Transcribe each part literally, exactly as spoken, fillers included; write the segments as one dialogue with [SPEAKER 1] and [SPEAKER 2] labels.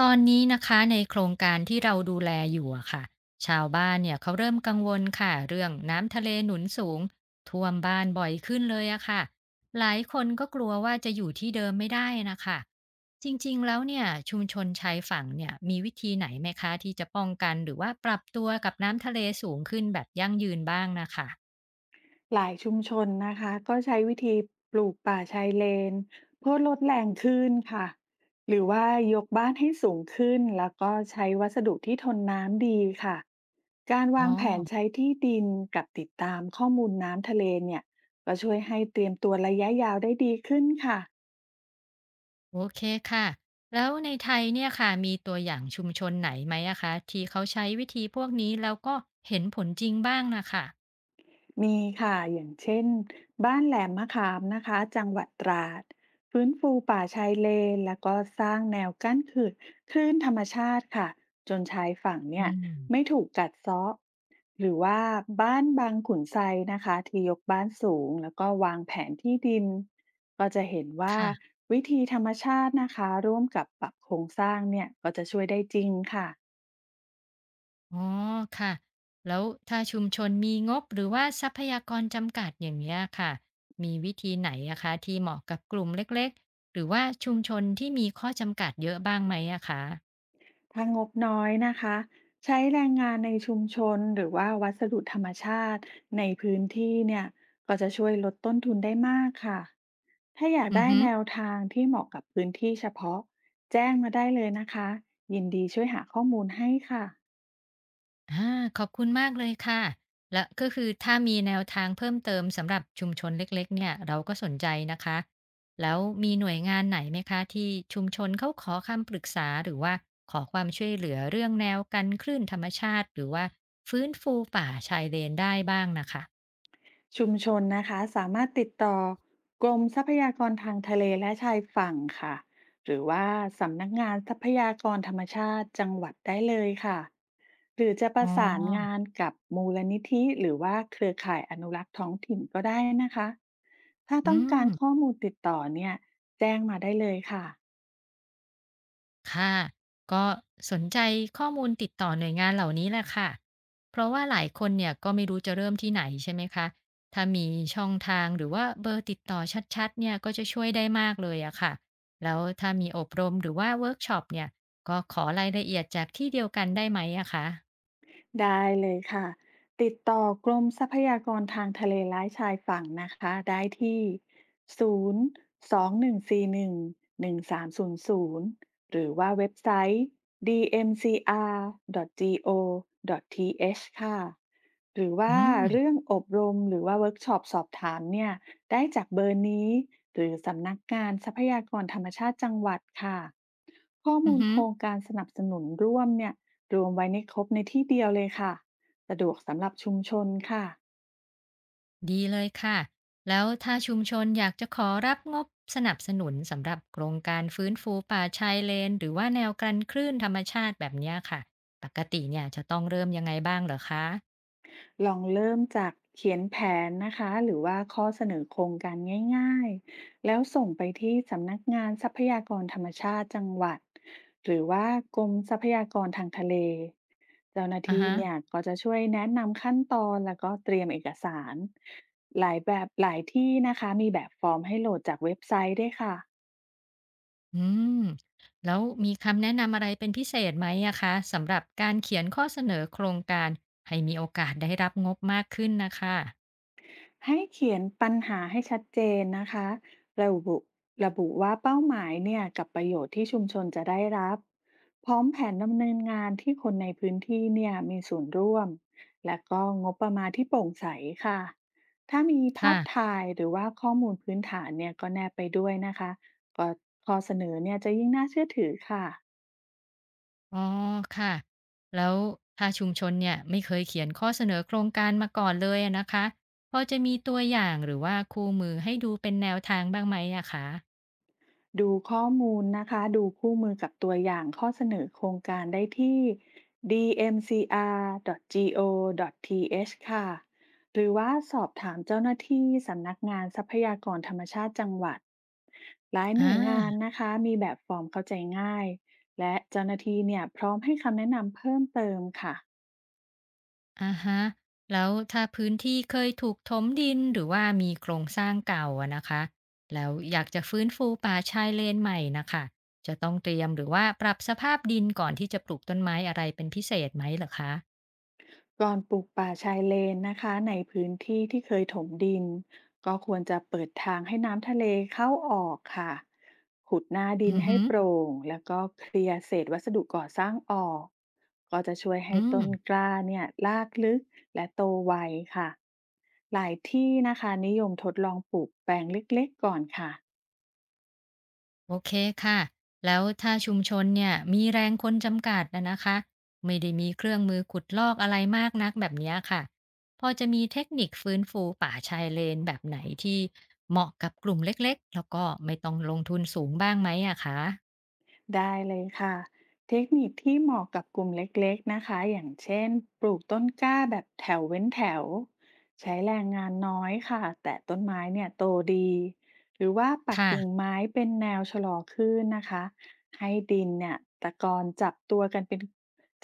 [SPEAKER 1] ตอนนี้นะคะในโครงการที่เราดูแลอยู่อะค่ะชาวบ้านเนี่ยเขาเริ่มกังวลค่ะเรื่องน้ำทะเลหนุนสูงท่วมบ้านบ่อยขึ้นเลยอะค่ะหลายคนก็กลัวว่าจะอยู่ที่เดิมไม่ได้นะคะจริงๆแล้วเนี่ยชุมชนชายฝั่งเนี่ยมีวิธีไหนไหมคะที่จะป้องกันหรือว่าปรับตัวกับน้ำทะเลสูงขึ้นแบบยั่งยืนบ้างนะคะ
[SPEAKER 2] หลายชุมชนนะคะก็ใช้วิธีปลูกป่าชายเลนเพื่อลดแรงขึ้นค่ะหรือว่ายกบ้านให้สูงขึ้นแล้วก็ใช้วัสดุที่ทนน้ำดีค่ะการ
[SPEAKER 1] อ๋อ
[SPEAKER 2] วางแผนใช้ที่ดินกับติดตามข้อมูลน้ำทะเลเนี่ยก็ช่วยให้เตรียมตัวระยะยาวได้ดีขึ้นค่ะ
[SPEAKER 1] โอเคค่ะ แล้วในไทยเนี่ยค่ะมีตัวอย่างชุมชนไหนไหมอะคะที่เขาใช้วิธีพวกนี้แล้วก็เห็นผลจริงบ้างนะคะ
[SPEAKER 2] มีค่ะอย่างเช่นบ้านแหลมมะขามนะคะจังหวัดตราดฟื้นฟูป่าชายเลนแล้วก็สร้างแนวกั้นคือคลื่นธรรมชาติค่ะจนชายฝั่ง
[SPEAKER 1] อื
[SPEAKER 2] เนี่ยไม่
[SPEAKER 1] ม
[SPEAKER 2] ถูกกัดเซาะหรือว่าบ้านบางขุนไซนะคะที่ยกบ้านสูงแล้วก็วางแผนที่ดินก็จะเห็นว่า
[SPEAKER 1] ค่ะ
[SPEAKER 2] วิธีธรรมชาตินะคะร่วมกับปรับโครงสร้างเนี่ยก็จะช่วยได้จริงค่ะ
[SPEAKER 1] อ๋อค่ะ แล้วถ้าชุมชนมีงบหรือว่าทรัพยากรจำกัดอย่างเงี้ยค่ะ มีวิธีไหนอะคะที่เหมาะกับกลุ่มเล็กๆ หรือว่าชุมชนที่มีข้อจำกัดเยอะบ้างไหมอะคะ
[SPEAKER 2] ถ้างบน้อยนะคะใช้แรงงานในชุมชนหรือว่าวัสดุธรรมชาติในพื้นที่เนี่ยก็จะช่วยลดต้นทุนได้มากค่ะถ้าอยาก
[SPEAKER 1] อือ
[SPEAKER 2] ได้
[SPEAKER 1] ฮึ
[SPEAKER 2] แนวทางที่เหมาะกับพื้นที่เฉพาะแจ้งมาได้เลยนะคะยินดีช่วยหาข้อมูลให้ค่ะ
[SPEAKER 1] อาขอบคุณมากเลยค่ะ และก็คือถ้ามีแนวทางเพิ่มเติมสำหรับชุมชนเล็กๆเนี่ยเราก็สนใจนะคะ แล้วมีหน่วยงานไหนไหมคะที่ชุมชนเขาขอคำปรึกษาหรือว่าขอความช่วยเหลือเรื่องแนวกันคลื่นธรรมชาติหรือว่าฟื้นฟูป่าชายเลนได้บ้างนะคะ
[SPEAKER 2] ชุมชนนะคะสามารถติดต่อกรมทรัพยากรทางทะเลและชายฝั่งค่ะหรือว่าสำนักงานทรัพยากรธรรมชาติจังหวัดได้เลยค่ะหรือจะป
[SPEAKER 1] อ๋
[SPEAKER 2] ระสานงา
[SPEAKER 1] อ
[SPEAKER 2] นกับมูลนิธิหรือว่าเครือข่ายอนุรักษ์ท้องถิ่นก็ได้นะคะถ้า
[SPEAKER 1] อื
[SPEAKER 2] ต้องการ
[SPEAKER 1] ม
[SPEAKER 2] ข้อมูลติดต่อเนี่ยแจ้งมาได้เลยค่ะ
[SPEAKER 1] ค่ะก็สนใจข้อมูลติดต่อหน่วยงานเหล่านี้แหละค่ะเพราะว่าหลายคนเนี่ยก็ไม่รู้จะเริ่มที่ไหนใช่ไหมคะถ้ามีช่องทางหรือว่าเบอร์ติดต่อชัดๆเนี่ยก็จะช่วยได้มากเลยอะค่ะแล้วถ้ามีอบรมหรือว่าเวิร์กช็อปเนี่ยก็ขอรายละเอียดจากที่เดียวกันได้ไหมอะคะ
[SPEAKER 2] ได้เลยค่ะติดต่อกรมทรัพยากรทางทะเลและชายฝั่งนะคะได้ที่ศูนย์ สอง หนึ่ง สี่ หนึ่ง หนึ่ง สาม ศูนย์ ศูนย์หนึ่งสี่หนึ่งหนึ่งสามศูนย์ศูนย์หรือว่าเว็บไซต์ dmcr.go.th ค่ะหรือ
[SPEAKER 1] อื
[SPEAKER 2] ว่า
[SPEAKER 1] ม
[SPEAKER 2] เรื่องอบรมหรือว่าเวิร์กช็อปสอบถามเนี่ยได้จากเบอร์นี้หรือสำนักงานทรัพยากรธรรมชาติจังหวัดค่ะข้อ
[SPEAKER 1] อื
[SPEAKER 2] มู
[SPEAKER 1] อ
[SPEAKER 2] ล
[SPEAKER 1] ฮึ
[SPEAKER 2] โครงการสนับสนุนร่วมเนี่ย รวมไว้ในครบในที่เดียวเลยค่ะ สะดวกสำหรับชุมชนค่ะ
[SPEAKER 1] ดีเลยค่ะ แล้วถ้าชุมชนอยากจะขอรับงบสนับสนุนสำหรับโครงการฟื้นฟูป่าชายเลนหรือว่าแนวกันคลื่นธรรมชาติแบบเนี้ยค่ะ ปกติเนี่ยจะต้องเริ่มยังไงบ้างเหรอคะ
[SPEAKER 2] ลองเริ่มจากเขียนแผนนะคะหรือว่าข้อเสนอโครงการง่ายๆ แล้วส่งไปที่สำนักงานทรัพยากรธรรมชาติจังหวัดหรือว่ากรมทรัพยากรทางทะเลเจ้าหน้า
[SPEAKER 1] อ่า
[SPEAKER 2] ที่
[SPEAKER 1] ฮะ
[SPEAKER 2] เนี่ยก็จะช่วยแนะนำขั้นตอนแล้วก็เตรียมเอกสารหลายแบบหลายที่นะคะมีแบบฟอร์มให้โหลดจากเว็บไซต์ด้วยค่ะ
[SPEAKER 1] อืม แล้วมีคำแนะนำอะไรเป็นพิเศษไหมอะคะสำหรับการเขียนข้อเสนอโครงการให้มีโอกาสได้รับงบมากขึ้นนะคะ
[SPEAKER 2] ให้เขียนปัญหาให้ชัดเจนนะคะระบุระบุว่าเป้าหมายเนี่ยกับประโยชน์ที่ชุมชนจะได้รับ พร้อมแผนดำเนินงานที่คนในพื้นที่เนี่ยมีส่วนร่วม และก็งบประมาณที่โปร่งใสค่ะถ้ามีภา
[SPEAKER 1] ค่ะ
[SPEAKER 2] พถ่ายหรือว่าข้อมูลพื้นฐานเนี่ยก็แนบไปด้วยนะคะก็ข้อเสนอเนี่ยจะยิ่งน่าเชื่อถือค่ะ
[SPEAKER 1] อ๋อค่ะแล้วถ้าชุมชนเนี่ยไม่เคยเขียนข้อเสนอโครงการมาก่อนเลยอะนะคะพอจะมีตัวอย่างหรือว่าคู่มือให้ดูเป็นแนวทางบ้างไหมอะคะ
[SPEAKER 2] ดูข้อมูลนะคะ ดูคู่มือกับตัวอย่างข้อเสนอโครงการได้ที่ dmcr.go.th ค่ะ หรือว่าสอบถามเจ้าหน้าที่สำนักงานทรัพยากรธรรมชาติจังหวัดหลาย
[SPEAKER 1] อ
[SPEAKER 2] หน่วยงาน
[SPEAKER 1] า
[SPEAKER 2] นะคะ มีแบบฟอร์มเข้าใจง่าย และเจ้าหน้าที่เนี่ยพร้อมให้คำแนะนำเพิ่มเติมค่ะ
[SPEAKER 1] อะฮะแล้วถ้าพื้นที่เคยถูกถมดินหรือว่ามีโครงสร้างเก่าอะนะคะแล้วอยากจะฟื้นฟูป่าชายเลนใหม่นะค่ะจะต้องเตรียมหรือว่าปรับสภาพดินก่อนที่จะปลูกต้นไม้อะไรเป็นพิเศษไหมเหรอคะ
[SPEAKER 2] ก่อนปลูกป่าชายเลนนะคะในพื้นที่ที่เคยถมดินก็ควรจะเปิดทางให้น้ำทะเลเข้าออกค่ะขุดหน้าดิ
[SPEAKER 1] อื
[SPEAKER 2] น
[SPEAKER 1] อ
[SPEAKER 2] ให้
[SPEAKER 1] ฮึ
[SPEAKER 2] โปร่งแล้วก็เคลียร์เศษวัสดุก่อสร้างออกก็จะช่วยให้
[SPEAKER 1] อืม
[SPEAKER 2] ต้นกล้าเนี่ยรากลึกและโตไวค่ะหลายที่นะคะนิยมทดลองปลูกแปลงเล็กๆก่อนค่ะ
[SPEAKER 1] โอเคค่ะ แล้วถ้าชุมชนเนี่ยมีแรงคนจำกัดนะนะคะไม่ได้มีเครื่องมือขุดลอกอะไรมากนักแบบเนี้ยค่ะ พอจะมีเทคนิคฟื้นฟูป่าชายเลนแบบไหนที่เหมาะกับกลุ่มเล็กๆ แล้วก็ไม่ต้องลงทุนสูงบ้างไหมอะคะ
[SPEAKER 2] ได้เลยค่ะเทคนิคที่เหมาะกับกลุ่มเล็กๆนะคะอย่างเช่นปลูกต้นกล้าแบบแถวเว้นแถวใช้แรงงานน้อยค่ะแต่ต้นไม้เนี่ยโตดีหรือว่าปัก
[SPEAKER 1] ค่ะ
[SPEAKER 2] กิ่งไม้เป็นแนวชะลอคลื่นนะคะ ให้ดินเนี่ยตะกอนจับตัวกันเป็น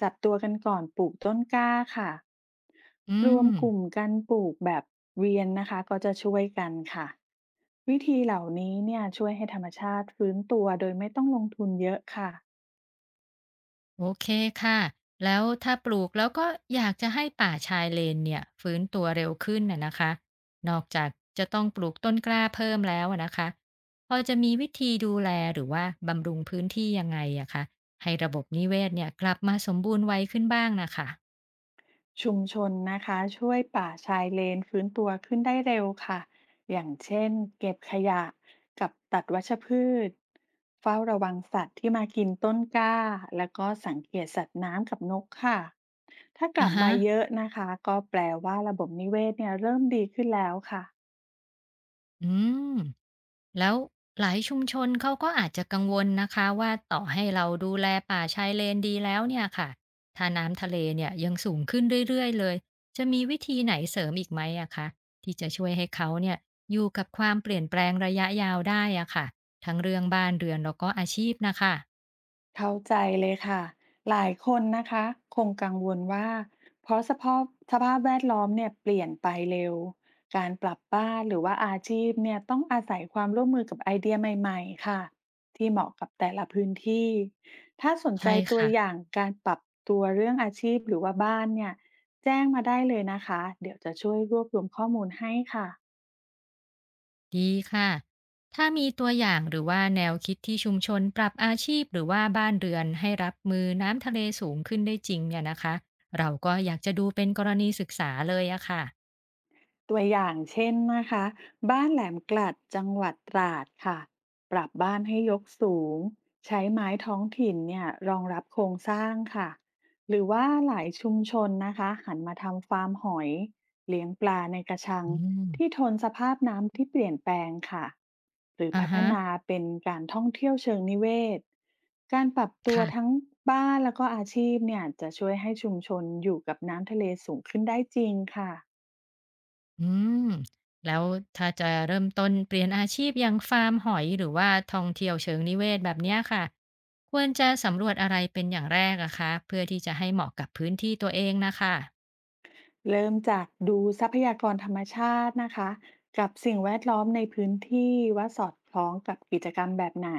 [SPEAKER 2] จับตัวกันก่อนปลูกต้นกล้าค่ะ
[SPEAKER 1] อื
[SPEAKER 2] รว
[SPEAKER 1] ม
[SPEAKER 2] มกลุ่มกันปลูกแบบเวียนนะคะก็จะช่วยกันค่ะวิธีเหล่านี้เนี่ยช่วยให้ธรรมชาติฟื้นตัวโดยไม่ต้องลงทุนเยอะค่ะ
[SPEAKER 1] โอเคค่ะ แล้วถ้าปลูกแล้วก็อยากจะให้ป่าชายเลนเนี่ยฟื้นตัวเร็วขึ้นน่ะนะคะ นอกจากจะต้องปลูกต้นกล้าเพิ่มแล้วอะนะคะพอจะมีวิธีดูแลหรือว่าบำรุงพื้นที่ยังไงอะคะ ให้ระบบนิเวศเนี่ยกลับมาสมบูรณ์ไวขึ้นบ้างนะคะ
[SPEAKER 2] ชุมชนนะคะช่วยป่าชายเลนฟื้นตัวขึ้นได้เร็วค่ะอย่างเช่นเก็บขยะกับตัดวัชพืชเฝ้าระวังสัตว์ที่มากินต้นกล้าแล้วก็สังเกตสัตว์น้ำกับนกค่ะถ้าก
[SPEAKER 1] อะ
[SPEAKER 2] ลับ
[SPEAKER 1] ฮะ
[SPEAKER 2] มาเยอะนะคะก็แปลว่าระบบนิเวศเนี่ยเริ่มดีขึ้นแล้วค่ะ
[SPEAKER 1] อืม แล้วหลายชุมชนเขาก็อาจจะกังวลนะคะว่าต่อให้เราดูแลป่าชายเลนดีแล้วเนี่ยค่ะถ้าน้ำทะเลเนี่ยยังสูงขึ้นเรื่อยๆเลยจะมีวิธีไหนเสริมอีกไหมอะคะที่จะช่วยให้เขาเนี่ยอยู่กับความเปลี่ยนแปลงระยะยาวได้อะค่ะทั้งเรื่องบ้านเรือนแล้วก็อาชีพนะคะ
[SPEAKER 2] เข้าใจเลยค่ะหลายคนนะคะคงกังวลว่าเพราะสภาพสภาพแวดล้อมเนี่ยเปลี่ยนไปเร็วการปรับบ้านหรือว่าอาชีพเนี่ยต้องอาศัยความร่วมมือกับไอเดียใหม่ๆค่ะที่เหมาะกับแต่ละพื้นที่ถ้าสนใจ
[SPEAKER 1] ใช่
[SPEAKER 2] ตัว
[SPEAKER 1] ค่ะ
[SPEAKER 2] อย่างการปรับตัวเรื่องอาชีพหรือว่าบ้านเนี่ยแจ้งมาได้เลยนะคะเดี๋ยวจะช่วยรวบรวมข้อมูลให้ค่ะ
[SPEAKER 1] ดีค่ะถ้ามีตัวอย่างหรือว่าแนวคิดที่ชุมชนปรับอาชีพหรือว่าบ้านเรือนให้รับมือน้ำทะเลสูงขึ้นได้จริงเนี่ยนะคะเราก็อยากจะดูเป็นกรณีศึกษาเลยอะค่ะ
[SPEAKER 2] ตัวอย่างเช่นนะคะบ้านแหลมกลัดจังหวัดตราดค่ะปรับบ้านให้ยกสูงใช้ไม้ท้องถิ่นเนี่ยรองรับโครงสร้างค่ะหรือว่าหลายชุมชนนะคะหันมาทำฟาร์มหอยเลี้ยงปลาในกระชัง
[SPEAKER 1] อืม
[SPEAKER 2] ที่ทนสภาพน้ำที่เปลี่ยนแปลงค่ะหรือ
[SPEAKER 1] อ่า
[SPEAKER 2] พัฒ
[SPEAKER 1] ฮะ
[SPEAKER 2] นาเป็นการท่องเที่ยวเชิงนิเวศการปรับตัวทั้ง
[SPEAKER 1] ค่ะ
[SPEAKER 2] บ้านแล้วก็อาชีพเนี่ยจะช่วยให้ชุมชนอยู่กับน้ำทะเลสูงขึ้นได้จริงค่ะ
[SPEAKER 1] อืมแล้วถ้าจะเริ่มต้นเปลี่ยนอาชีพอย่างฟาร์มหอยหรือว่าท่องเที่ยวเชิงนิเวศแบบเนี้ยค่ะควรจะสำรวจอะไรเป็นอย่างแรกอะคะเพื่อที่จะให้เหมาะกับพื้นที่ตัวเองนะคะ
[SPEAKER 2] เริ่มจากดูทรัพยากรธรรมชาตินะคะกับสิ่งแวดล้อมในพื้นที่ว่าสอดคล้องกับกิจกรรมแบบไหน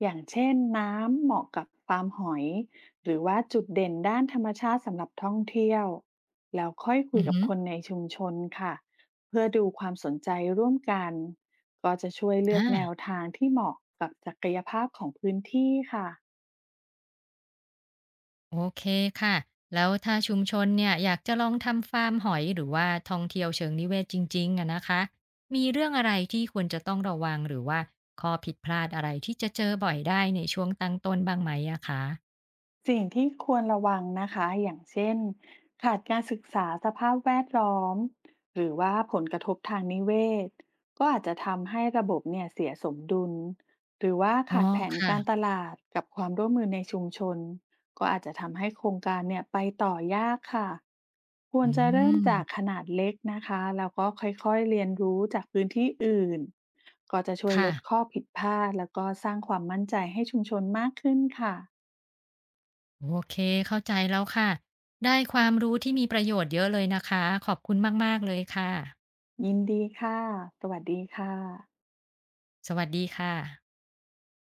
[SPEAKER 2] อย่างเช่นน้ำเหมาะกับฟาร์มหอยหรือว่าจุดเด่นด้านธรรมชาติสำหรับท่องเที่ยวแล้วค่อยคุ
[SPEAKER 1] อื
[SPEAKER 2] ย
[SPEAKER 1] อ
[SPEAKER 2] กับ
[SPEAKER 1] ฮึ
[SPEAKER 2] คนในชุมชนค่ะเพื่อดูความสนใจร่วมกันก็จะช่วย
[SPEAKER 1] อ
[SPEAKER 2] เลือกแนว
[SPEAKER 1] ่า
[SPEAKER 2] ทางที่เหมาะกับศักยภาพของพื้นที่ค่ะ
[SPEAKER 1] โอเคค่ะแล้วถ้าชุมชนเนี่ยอยากจะลองทำฟาร์มหอยหรือว่าท่องเที่ยวเชิงนิเวศจริงๆอะนะคะมีเรื่องอะไรที่ควรจะต้องระวังหรือว่าข้อผิดพลาดอะไรที่จะเจอบ่อยได้ในช่วงตั้งต้นบ้างไหมอะคะ
[SPEAKER 2] สิ่งที่ควรระวังนะคะ อย่างเช่น ขาดการศึกษาสภาพแวดล้อม หรือว่าผลกระทบทางนิเวศก็อาจจะทำให้ระบบเนี่ยเสียสมดุล หรือว่า
[SPEAKER 1] อ๋อ
[SPEAKER 2] ขาดแผนการต
[SPEAKER 1] ค่ะ
[SPEAKER 2] ลาดกับความร่วมมือในชุมชน ก็อาจจะทำให้โครงการเนี่ยไปต่อยากค่ะคว
[SPEAKER 1] อื
[SPEAKER 2] รจะเริ่มจา
[SPEAKER 1] ม
[SPEAKER 2] กขนาดเล็กนะคะ แล้วก็ค่อยๆเรียนรู้จากพื้นที่อื่น ก็จะช่วยล
[SPEAKER 1] ค่ะ
[SPEAKER 2] ดข้อผิดพลาดแล้วก็สร้างความมั่นใจให้ชุมชนมากขึ้นค่ะ
[SPEAKER 1] โอเคเข้าใจแล้วค่ะได้ความรู้ที่มีประโยชน์เยอะเลยนะคะขอบคุณมากๆเลยค่ะ
[SPEAKER 2] ยินดีค่ะ สวัสดีค่ะ
[SPEAKER 1] สวัสดีค่ะ